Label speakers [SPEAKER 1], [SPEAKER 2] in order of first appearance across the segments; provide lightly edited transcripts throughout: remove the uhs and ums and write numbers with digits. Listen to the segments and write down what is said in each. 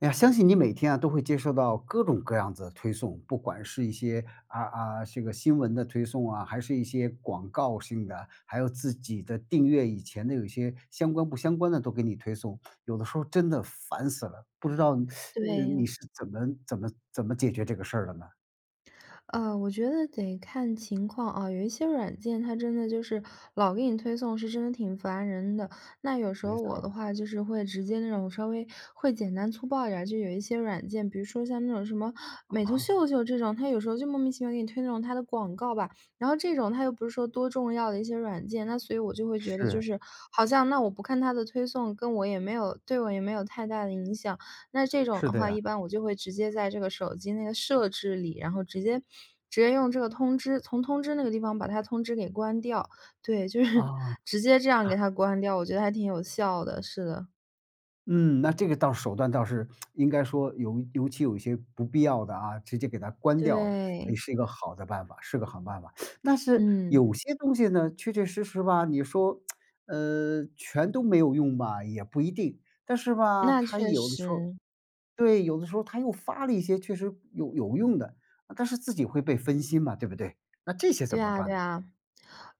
[SPEAKER 1] 哎呀，相信你每天啊都会接收到各种各样子的推送，不管是一些这个新闻的推送啊，还是一些广告性的，还有自己的订阅以前的有一些相关不相关的都给你推送，有的时候真的烦死了，不知道你
[SPEAKER 2] 对，
[SPEAKER 1] 是怎么解决这个事儿的呢？
[SPEAKER 2] 我觉得得看情况啊，有一些软件它真的就是老给你推送，是真的挺烦人的。那有时
[SPEAKER 1] 没
[SPEAKER 2] 候
[SPEAKER 1] 错
[SPEAKER 2] 我
[SPEAKER 1] 儿，
[SPEAKER 2] 的话就是会直接那种稍微会简单粗暴一点儿就有一些软件，比如说像那种什么美图
[SPEAKER 1] 啊，
[SPEAKER 2] 秀秀这种，它有时候就莫名其妙给你推那种它的广告吧，然后这种它又不是说多重要的一些软件，那所以我就会觉得就
[SPEAKER 1] 是
[SPEAKER 2] 是好像那我不看它的推送，跟我也没有对我也没有太大的影响。那这种
[SPEAKER 1] 是
[SPEAKER 2] 的
[SPEAKER 1] 的
[SPEAKER 2] 话，
[SPEAKER 1] 呀，
[SPEAKER 2] 一般我就会直接在这个手机那个设置里，然后直接用这个通知从通知那个地方把它通知给关掉。对，就是
[SPEAKER 1] 啊。
[SPEAKER 2] 直接这样给它关掉，我觉得还挺有效的，是的。
[SPEAKER 1] 嗯，那这个倒是手段倒是应该说有，尤其有一些不必要的啊，直接给它关掉了，哎，
[SPEAKER 2] 对，
[SPEAKER 1] 是一个好的办法，是个好办法。但是
[SPEAKER 2] 嗯，
[SPEAKER 1] 有些东西呢，确确实实吧，你说，全都没有用吧，也不一定。但是吧，
[SPEAKER 2] 那
[SPEAKER 1] 它
[SPEAKER 2] 确
[SPEAKER 1] 有的时候
[SPEAKER 2] 实。
[SPEAKER 1] 对，有的时候它又发了一些确实有用的，但是自己会被分心嘛，对不对？那这些怎
[SPEAKER 2] 对
[SPEAKER 1] 么
[SPEAKER 2] 啊对
[SPEAKER 1] 办呢？
[SPEAKER 2] 啊。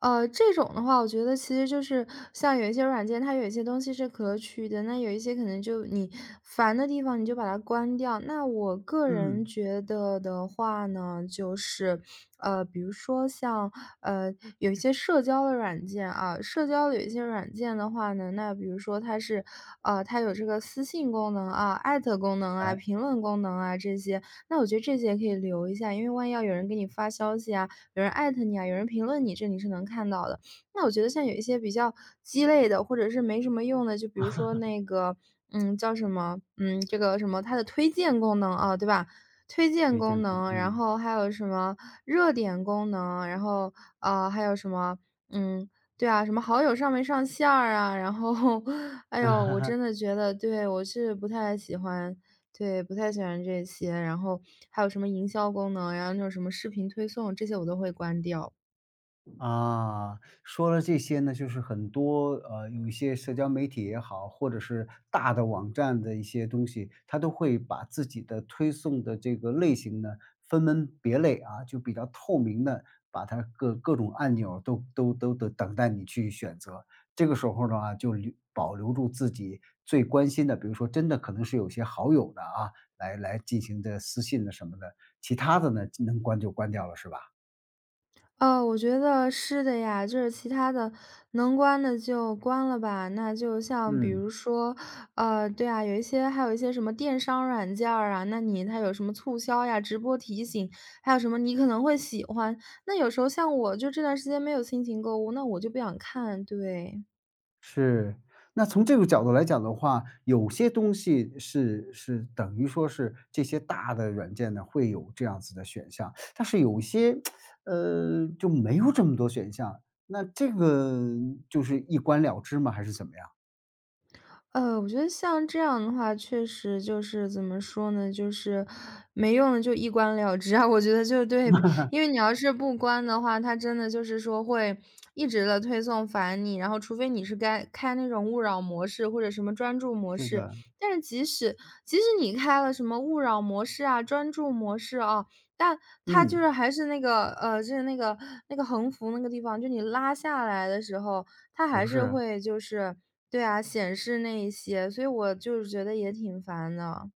[SPEAKER 2] 这种的话，我觉得其实就是像有一些软件，它有一些东西是可取的，那有一些可能就你烦的地方，你就把它关掉。那我个人
[SPEAKER 1] 嗯，
[SPEAKER 2] 觉得的话呢，就是比如说像呃有一些社交的软件啊，社交有一些软件的话呢，那比如说它是它有这个私信功能啊、艾特功能啊、
[SPEAKER 1] 哎，
[SPEAKER 2] 评论功能啊这些，那我觉得这些可以留一下，因为万一要有人给你发消息啊，有人艾特你啊，有人评论你，这你是能看到的。那我觉得像有一些比较鸡肋的，或者是没什么用的，就比如说那个，嗯，叫什么，嗯，这个什么，它的推荐功能啊，对吧？推荐
[SPEAKER 1] 推
[SPEAKER 2] 功
[SPEAKER 1] 荐过，
[SPEAKER 2] 能，然
[SPEAKER 1] 嗯。
[SPEAKER 2] 后还有什么热点功能，然后啊、还有什么，嗯，对啊，什么好友上没上线儿啊，然后，哎呦，我真 的觉得，对我是不太喜欢对，不太喜欢这些，然后还有什么营销功能然后那种什么视频推送，这些我都会关掉。
[SPEAKER 1] 啊，说了这些呢，就是很多有一些社交媒体也好，或者是大的网站的一些东西，它都会把自己的推送的这个类型呢分门别类啊，就比较透明的，把它各各种按钮都等待你去选择。这个时候的话，就留保留住自己最关心的，比如说真的可能是有些好友的啊，来来进行这私信的什么的，其他的呢能关就关掉了，是吧？
[SPEAKER 2] 哦，我觉得是的呀，就是其他的能关的就关了吧。那就像比
[SPEAKER 1] 嗯。
[SPEAKER 2] 如说，对啊，有一些还有一些什么电商软件儿啊，那你它有什么促销呀、直播提醒，还有什么你可能会喜欢。那有时候像我就这段时间没有心情购物，那我就不想看，对。
[SPEAKER 1] 是，那从这个角度来讲的话，有些东西是是等于说是这些大的软件呢，会有这样子的选项，但是有些，就没有这么多选项，那这个就是一关了之吗？还是怎么样？
[SPEAKER 2] 我觉得像这样的话，确实就是怎么说呢，就是没用的就一关了之啊。我觉得就对，因为你要是不关的话，它真的就是说会一直的推送烦你，然后除非你是该开那种勿扰模式或者什么专注模
[SPEAKER 1] 是
[SPEAKER 2] 式，
[SPEAKER 1] 的，
[SPEAKER 2] 但是即使你开了什么勿扰模式啊、专注模式啊，但它就
[SPEAKER 1] 嗯，
[SPEAKER 2] 是还是那个就是那个横幅那个地方，就你拉下来的时候。它还
[SPEAKER 1] 不
[SPEAKER 2] 是
[SPEAKER 1] 是。
[SPEAKER 2] 会就是对啊，显示那一些，所以我就是觉得也挺烦的。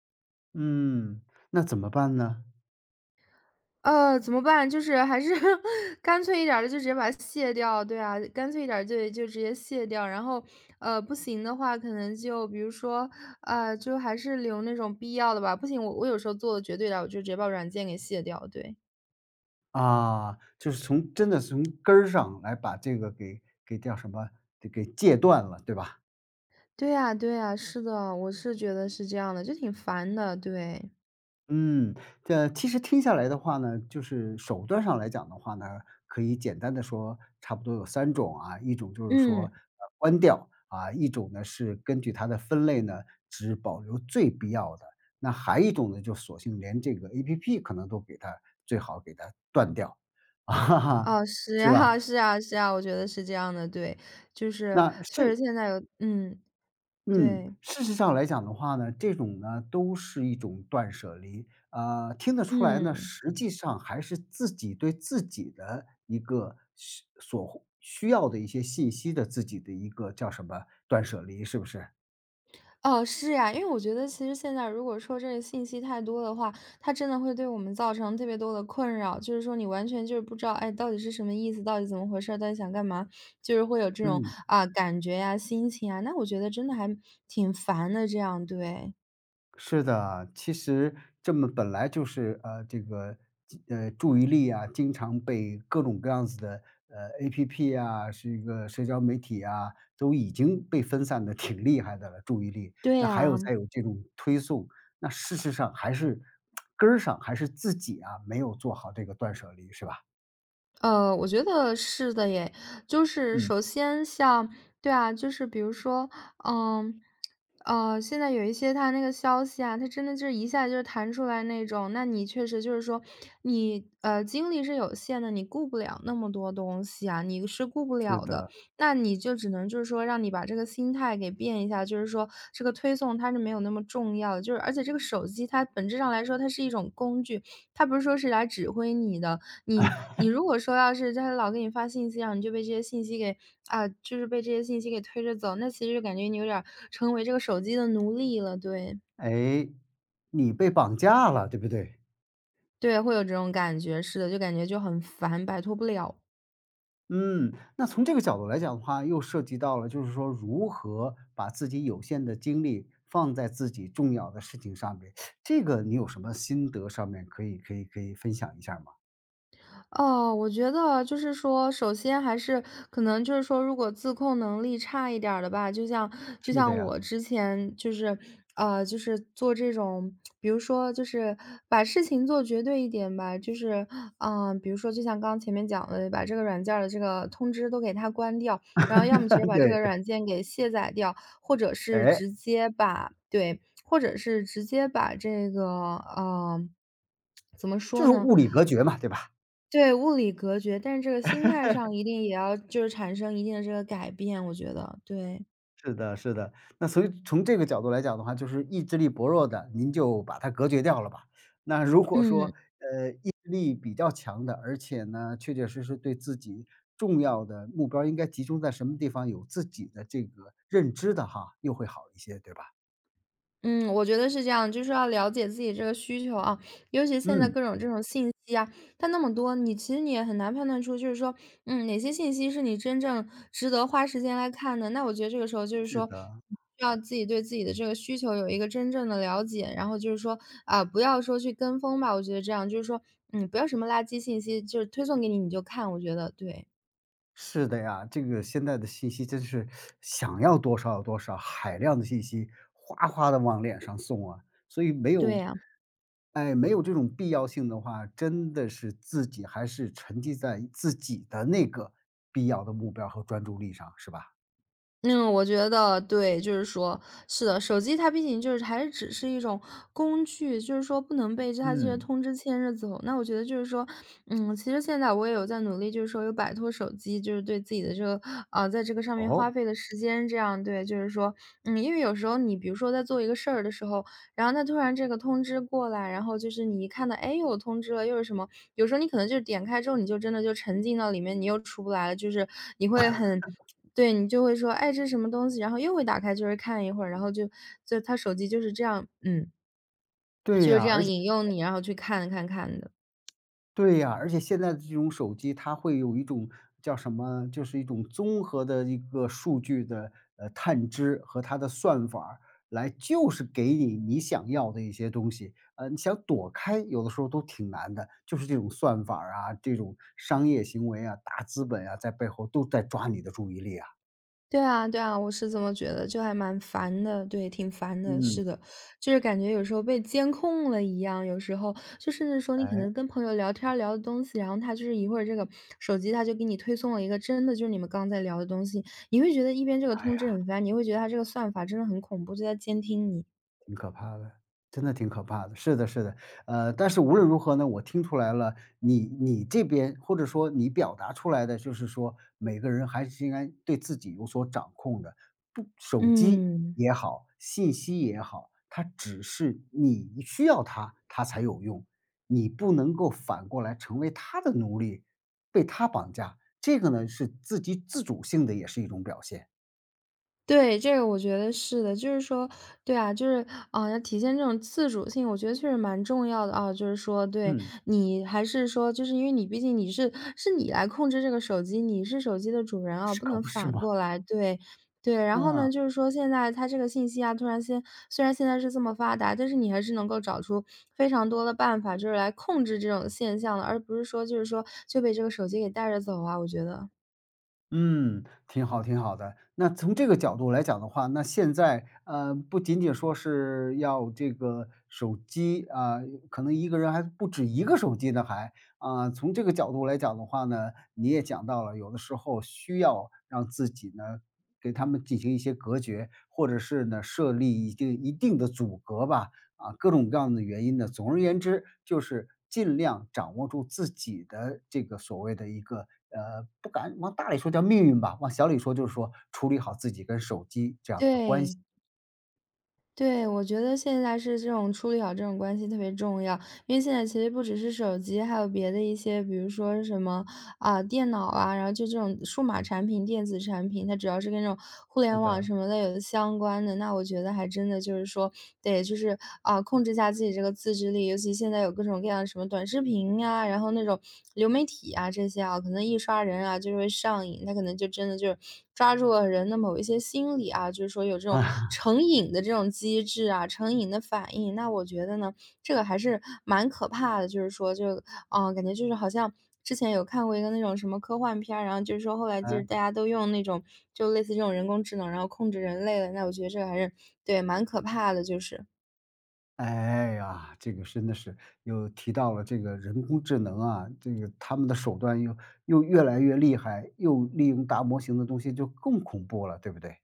[SPEAKER 1] 嗯，那怎么办呢？
[SPEAKER 2] 怎么办？就是还是 干脆一点儿的，就直接把它卸掉。对啊，干脆一点儿就直接卸掉。然后，不行的话，可能就比如说，就还是留那种必要的吧。不行，我有时候做的绝对的，我就直接把软件给卸掉。对，
[SPEAKER 1] 啊，就是从真的从根儿上来把这个给给叫什么？给给戒断了，对吧？
[SPEAKER 2] 对呀，对呀，是的，我是觉得是这样的，就挺烦的。对，
[SPEAKER 1] 嗯，这其实听下来的话呢，就是手段上来讲的话呢，可以简单的说差不多有三种啊。一种就是说，
[SPEAKER 2] 嗯。
[SPEAKER 1] 关掉，啊，一种呢是根据它的分类呢，只保留最必要的，那还一种呢，就索性连这个 APP 可能都给它最好给它断掉，哈哈，
[SPEAKER 2] 哦，是
[SPEAKER 1] 是
[SPEAKER 2] 啊，
[SPEAKER 1] 吧？
[SPEAKER 2] 是啊，是啊，我觉得是这样的，对，就是
[SPEAKER 1] 那
[SPEAKER 2] 确实
[SPEAKER 1] 是
[SPEAKER 2] 现在有，嗯，
[SPEAKER 1] 嗯，
[SPEAKER 2] 对，
[SPEAKER 1] 事实上来讲的话呢，这种呢都是一种断舍离。呃，听得出来呢，
[SPEAKER 2] 嗯，
[SPEAKER 1] 实际上还是自己对自己的一个需所需要的一些信息的自己的一个叫什么断舍离，是不是？
[SPEAKER 2] 哦，是呀，因为我觉得其实现在如果说这个信息太多的话，它真的会对我们造成特别多的困扰，就是说你完全就是不知道，哎，到底是什么意思，到底怎么回事儿到底想干嘛，就是会有这种
[SPEAKER 1] 嗯。
[SPEAKER 2] 啊、感觉呀、心情啊，那我觉得真的还挺烦的，这样，对，
[SPEAKER 1] 是的啊，其实这么本来就是这个注意力啊，经常被各种各样子的APP 啊，是一个社交媒体啊，都已经被分散的挺厉害的了。注意力，
[SPEAKER 2] 对
[SPEAKER 1] 那还有
[SPEAKER 2] 呀、
[SPEAKER 1] 再有这种推送，那事实上还是根儿上还是自己啊，没有做好这个断舍离，是吧？
[SPEAKER 2] 我觉得是的耶。就是
[SPEAKER 1] 嗯，
[SPEAKER 2] 首先像对啊，就是比如说，嗯，现在有一些它那个消息啊，它真的就是一下就是弹出来那种，那你确实就是说你，精力是有限的，你顾不了那么多东西啊，你是顾不
[SPEAKER 1] 是
[SPEAKER 2] 了的。
[SPEAKER 1] 的。
[SPEAKER 2] 那你就只能就是说让你把这个心态给变一下，就是说这个推送它是没有那么重要的，就是而且这个手机它本质上来说它是一种工具，他不是说是来指挥你的，你如果说要是他老给你发信息啊，然后你就被这些信息给啊，就是被这些信息给推着走，那其实就感觉你有点儿成为这个手机的奴隶了，对，
[SPEAKER 1] 哎，你被绑架了，对不对？
[SPEAKER 2] 对，会有这种感觉，是的，就感觉就很烦，摆脱不了。
[SPEAKER 1] 嗯，那从这个角度来讲的话，又涉及到了就是说如何把自己有限的精力放在自己重要的事情上面，这个你有什么心得上面可以分享一下吗？
[SPEAKER 2] 哦，我觉得就是说，首先还是可能就是说，如果自控能力差一点儿的吧，就
[SPEAKER 1] 是的
[SPEAKER 2] 像
[SPEAKER 1] 呀，
[SPEAKER 2] 我之前就是，就是做这种，比如说就是把事情做绝对一点吧，就是，嗯、比如说就像刚刚前面讲的，把这个软件儿的这个通知都给它关掉，然后要么直接 把这
[SPEAKER 1] 对，
[SPEAKER 2] 个软件给卸载掉，或者是
[SPEAKER 1] 哎，
[SPEAKER 2] 直接把对，或者是直接把这个，嗯、怎么说
[SPEAKER 1] 就是
[SPEAKER 2] 呢？
[SPEAKER 1] 物理隔绝嘛，对吧？
[SPEAKER 2] 对，物理隔绝，但是这个心态上一定也要就是产生一定的这个改变，我觉得，对。
[SPEAKER 1] 是的，是的。那所以从这个角度来讲的话，就是意志力薄弱的，您就把它隔绝掉了吧。那如果
[SPEAKER 2] 嗯，
[SPEAKER 1] 说，意志力比较强的，而且呢，确确实实对自己重要的目标儿应该集中在什么地方，有自己的这个认知的哈，又会好一些，对吧？
[SPEAKER 2] 嗯，我觉得是这样，就是要了解自己这个需求啊，尤其现在
[SPEAKER 1] 嗯，
[SPEAKER 2] 各种这种信息啊，它那么多，你其实你也很难判断出，就是说，嗯，哪些信息是你真正值得花时间来看的。那我觉得这个时候就是
[SPEAKER 1] 是
[SPEAKER 2] 说，
[SPEAKER 1] 的。
[SPEAKER 2] 需要自己对自己的这个需求有一个真正的了解，然后就是说，啊，不要说去跟风吧，我觉得这样就是说，嗯，不要什么垃圾信息，就是推送给你你就看，我觉得对。
[SPEAKER 1] 是的呀，这个现在的信息真是想要多少有多少，海量的信息哗哗的往脸上送啊，所以没
[SPEAKER 2] 对
[SPEAKER 1] 有
[SPEAKER 2] 呀，
[SPEAKER 1] 哎，没有这种必要性的话，真的是自己还是沉浸在自己的那个必要的目标和专注力上，是吧？
[SPEAKER 2] 嗯，我觉得对，就是说，是的，手机它毕竟就是还是只是一种工具，就是说不能被它这些
[SPEAKER 1] 嗯。
[SPEAKER 2] 通知牵着走。那我觉得就是说，嗯，其实现在我也有在努力，就是说有摆脱手机，就是对自己的这个啊、在这个上面花
[SPEAKER 1] 哦，
[SPEAKER 2] 费的时间，这样对，就是说，嗯，因为有时候你比如说在做一个事儿的时候，然后它突然这个通知过来，然后就是你一看到，哎，又有通知了，又是什么。有时候你可能就点开之后，你就真的就沉浸到里面，你又出不来了，就是你会很对，你就会说：“哎，这是什么东西？”然后又会打开就是看一会儿，然后就他手机就是这样嗯，
[SPEAKER 1] 对
[SPEAKER 2] 就是
[SPEAKER 1] 呀，
[SPEAKER 2] 这样
[SPEAKER 1] 而且
[SPEAKER 2] 引诱你，然后去看看看的。
[SPEAKER 1] 对呀，而且现在的这种手机，它会有一种叫什么，就是一种综合的一个数据的探知和它的算法儿来就是给你你想要的一些东西。呃，你想躲开，有的时候都挺难的，就是这种算法儿啊，这种商业行为啊，大资本啊，在背后都在抓你的注意力啊。
[SPEAKER 2] 对啊对啊，我是这么觉得，就还蛮烦的，对，挺烦的，是
[SPEAKER 1] 嗯，
[SPEAKER 2] 的。就是感觉有时候被监控了一样，有时候就甚至说你可能
[SPEAKER 1] 哎，
[SPEAKER 2] 跟朋友聊天儿聊的东西，然后他就是一会儿这个手机他就给你推送了一个真的就是你们刚在聊的东西，你会觉得一边这个通知
[SPEAKER 1] 哎。
[SPEAKER 2] 很烦，你会觉得他这个算法真的很恐怖，就在监听你。
[SPEAKER 1] 挺可怕的，真的挺可怕的。是的，是的，但是无论如何呢，我听出来了，你你这边或者说你表达出来的，就是说每个人还是应该对自己有所掌控的。不，手机
[SPEAKER 2] 嗯。
[SPEAKER 1] 也好，信息也好，它只是你需要它，它才有用。你不能够反过来成为它的奴隶，被它绑架。这个呢，是自己自主性的，也是一种表现。
[SPEAKER 2] 对，这个我觉得是的，就是说，对啊，就是啊、要体现这种自主性，我觉得确实蛮重要的啊。就是说，对
[SPEAKER 1] 嗯，
[SPEAKER 2] 你还是说，就是因为你毕竟你是你来控制这个手机，你是手机的主人啊，
[SPEAKER 1] 是
[SPEAKER 2] 不
[SPEAKER 1] 可
[SPEAKER 2] 能
[SPEAKER 1] 不是
[SPEAKER 2] 反
[SPEAKER 1] 吗？
[SPEAKER 2] 过来。对对，然后
[SPEAKER 1] 嗯。
[SPEAKER 2] 呢，就是说现在它这个信息啊，突然间虽然现在是这么发达，但是你还是能够找出非常多的办法，就是来控制这种现象的，而不是说就是说就被这个手机给带着走啊。我觉得，
[SPEAKER 1] 嗯，挺好挺好的。那从这个角度来讲的话，那现在，不仅仅说是要这个手机啊，可能一个人还不止一个手机呢还。啊，从这个角度来讲的话呢，你也讲到了，有的时候需要让自己呢，给他们进行一些隔绝，或者是呢，设立一定的阻隔吧。啊，各种各样的原因呢，总而言之，就是尽量掌握住自己的这个所谓的一个，不敢往大里说叫命运吧，往小里说就是说处理好自己跟手机这样子的关
[SPEAKER 2] 对。
[SPEAKER 1] 系。
[SPEAKER 2] 对，我觉得现在是这种处理好这种关系特别重要，因为现在其实不只是手机，还有别的一些，比如说什么啊、电脑啊，然后就这种数码产品、电子产品，它只要是跟这种互
[SPEAKER 1] 是
[SPEAKER 2] 联网
[SPEAKER 1] 的，
[SPEAKER 2] 什么的有相关的，那我觉得还真的就是说得就是啊、控制一下自己这个自制力，尤其现在有各种各样的什么短视频啊，然后那种流媒体啊这些啊，可能一刷人啊就是会上瘾，他可能就真的就是抓住了人的某一些心理啊，就是说有这 种
[SPEAKER 1] 啊，
[SPEAKER 2] 成瘾的这种机制啊，成瘾的反应。那我觉得呢，这个还是蛮可怕的，就是说就，嗯，感觉就是好像之前有看过一个那种什么科幻片儿，然后就是说后来就
[SPEAKER 1] 哎，
[SPEAKER 2] 是大家都用那种就类似这种人工智能，然后控制人类了，那我觉得这个还是对，蛮可怕的，就是。
[SPEAKER 1] 哎呀，这个真的是又提到了这个人工智能啊，这个他们的手段又又越来越厉害，又利用大模型的东西就更恐怖了，对不对？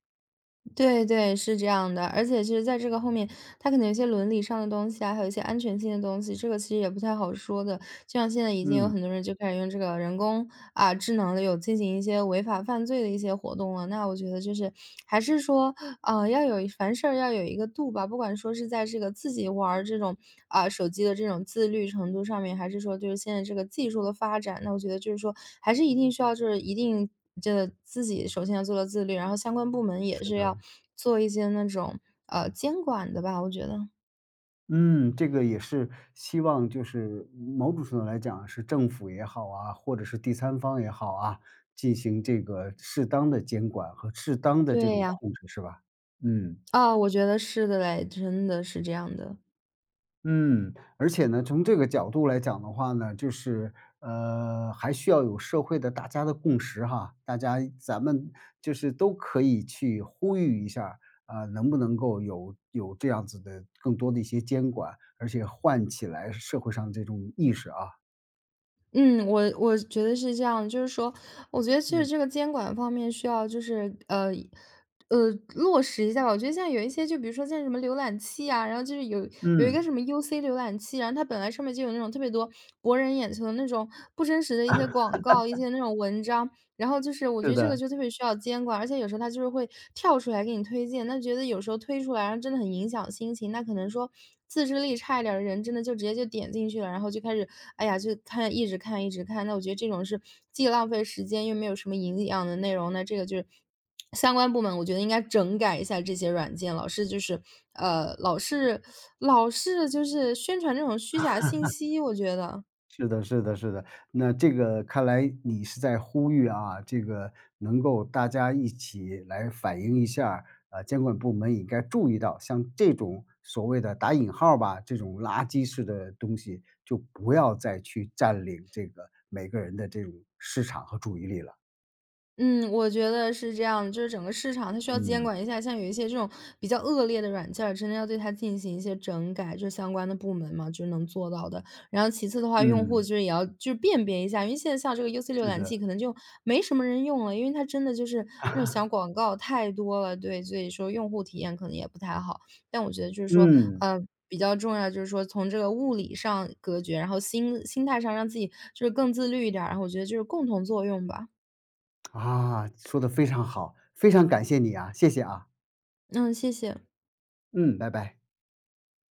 [SPEAKER 2] 对对，是这样的。而且其实在这个后面，它可能有一些伦理上的东西啊，还有一些安全性的东西，这个其实也不太好说的。就像现在已经有
[SPEAKER 1] 嗯，
[SPEAKER 2] 很多人就开始用这个人工啊智能的有进行一些违法犯罪的一些活动了，那我觉得就是还是说啊，要有凡事儿要有一个度吧，不管说是在这个自己玩儿这种啊、手机的这种自律程度上面，还是说就是现在这个技术的发展，那我觉得就是说还是一定需要就是一定这自己首先要做到自律，然后相关部门也
[SPEAKER 1] 是
[SPEAKER 2] 是
[SPEAKER 1] 的。
[SPEAKER 2] 要做一些那种监管的吧，我觉得。
[SPEAKER 1] 嗯，这个也是希望就是某种程度来讲是政府也好啊，或者是第三方也好啊，进行这个适当的监管和适当的这
[SPEAKER 2] 对
[SPEAKER 1] 种
[SPEAKER 2] 呀、
[SPEAKER 1] 控制，是吧？嗯
[SPEAKER 2] 啊、我觉得是的嘞，真的是这样的。
[SPEAKER 1] 嗯，而且呢，从这个角度来讲的话呢，就是还需要有社会的大家的共识哈，大家咱们就是都可以去呼吁一下啊，能不能够有有这样子的更多的一些监管，而且唤起来社会上这种意识啊。
[SPEAKER 2] 嗯，我觉得是这样，就是说，我觉得其实
[SPEAKER 1] 嗯，
[SPEAKER 2] 这个监管方面需要就是落实一下吧。我觉得现在有一些，就比如说像什么浏览器啊，然后就是有一个
[SPEAKER 1] 嗯，
[SPEAKER 2] 什么 UC 浏览器，然后它本来上面就有那种特别多博人眼球的那种不真实的一些广告、一些那种文章，然后就是我觉
[SPEAKER 1] 是
[SPEAKER 2] 得这个
[SPEAKER 1] 的，
[SPEAKER 2] 就特别需要监管，而且有时候它就是会跳出来给你推荐，那觉得有时候推出来，然后真的很影响心情。那可能说自制力差一点儿的人，真的就直接就点进去了，然后就开始，哎呀，就看，一直看，一直看。那我觉得这种是既浪费时间又没有什么营养的内容，那这个就是相关部门，我觉得应该整改一下这些软件，老是就是，呃，老是老是就是宣传这种虚假信息，我觉得。
[SPEAKER 1] 是的，是的，是的。那这个看来你是在呼吁啊，这个能够大家一起来反映一下儿，监管部门也该注意到，像这种所谓的打引号儿吧，这种垃圾式的东西，就不要再去占领这个每个人的这种市场和注意力了。
[SPEAKER 2] 嗯，我觉得是这样的，就是整个市场它需要监
[SPEAKER 1] 嗯，
[SPEAKER 2] 管一下，像有一些这种比较恶劣的软件儿真的要对它进行一些整改，就是相关的部门嘛，就是能做到的。然后其次的话，用户
[SPEAKER 1] 嗯，
[SPEAKER 2] 就是也要就是辨别一下，因为现在像这个 UC 浏
[SPEAKER 1] 是
[SPEAKER 2] 览
[SPEAKER 1] 的，
[SPEAKER 2] 器可能就没什么人用了，因为它真的就是那种小广告太多了，对，所以说用户体验可能也不太好。但我觉得就是说，
[SPEAKER 1] 嗯，
[SPEAKER 2] 呃，比较重要就是说从这个物理上隔绝，然后心态上让自己就是更自律一点儿然后我觉得就是共同作用吧。
[SPEAKER 1] 啊，说的非常好，非常感谢你啊，谢谢啊，
[SPEAKER 2] 嗯，谢谢。
[SPEAKER 1] 嗯，拜拜。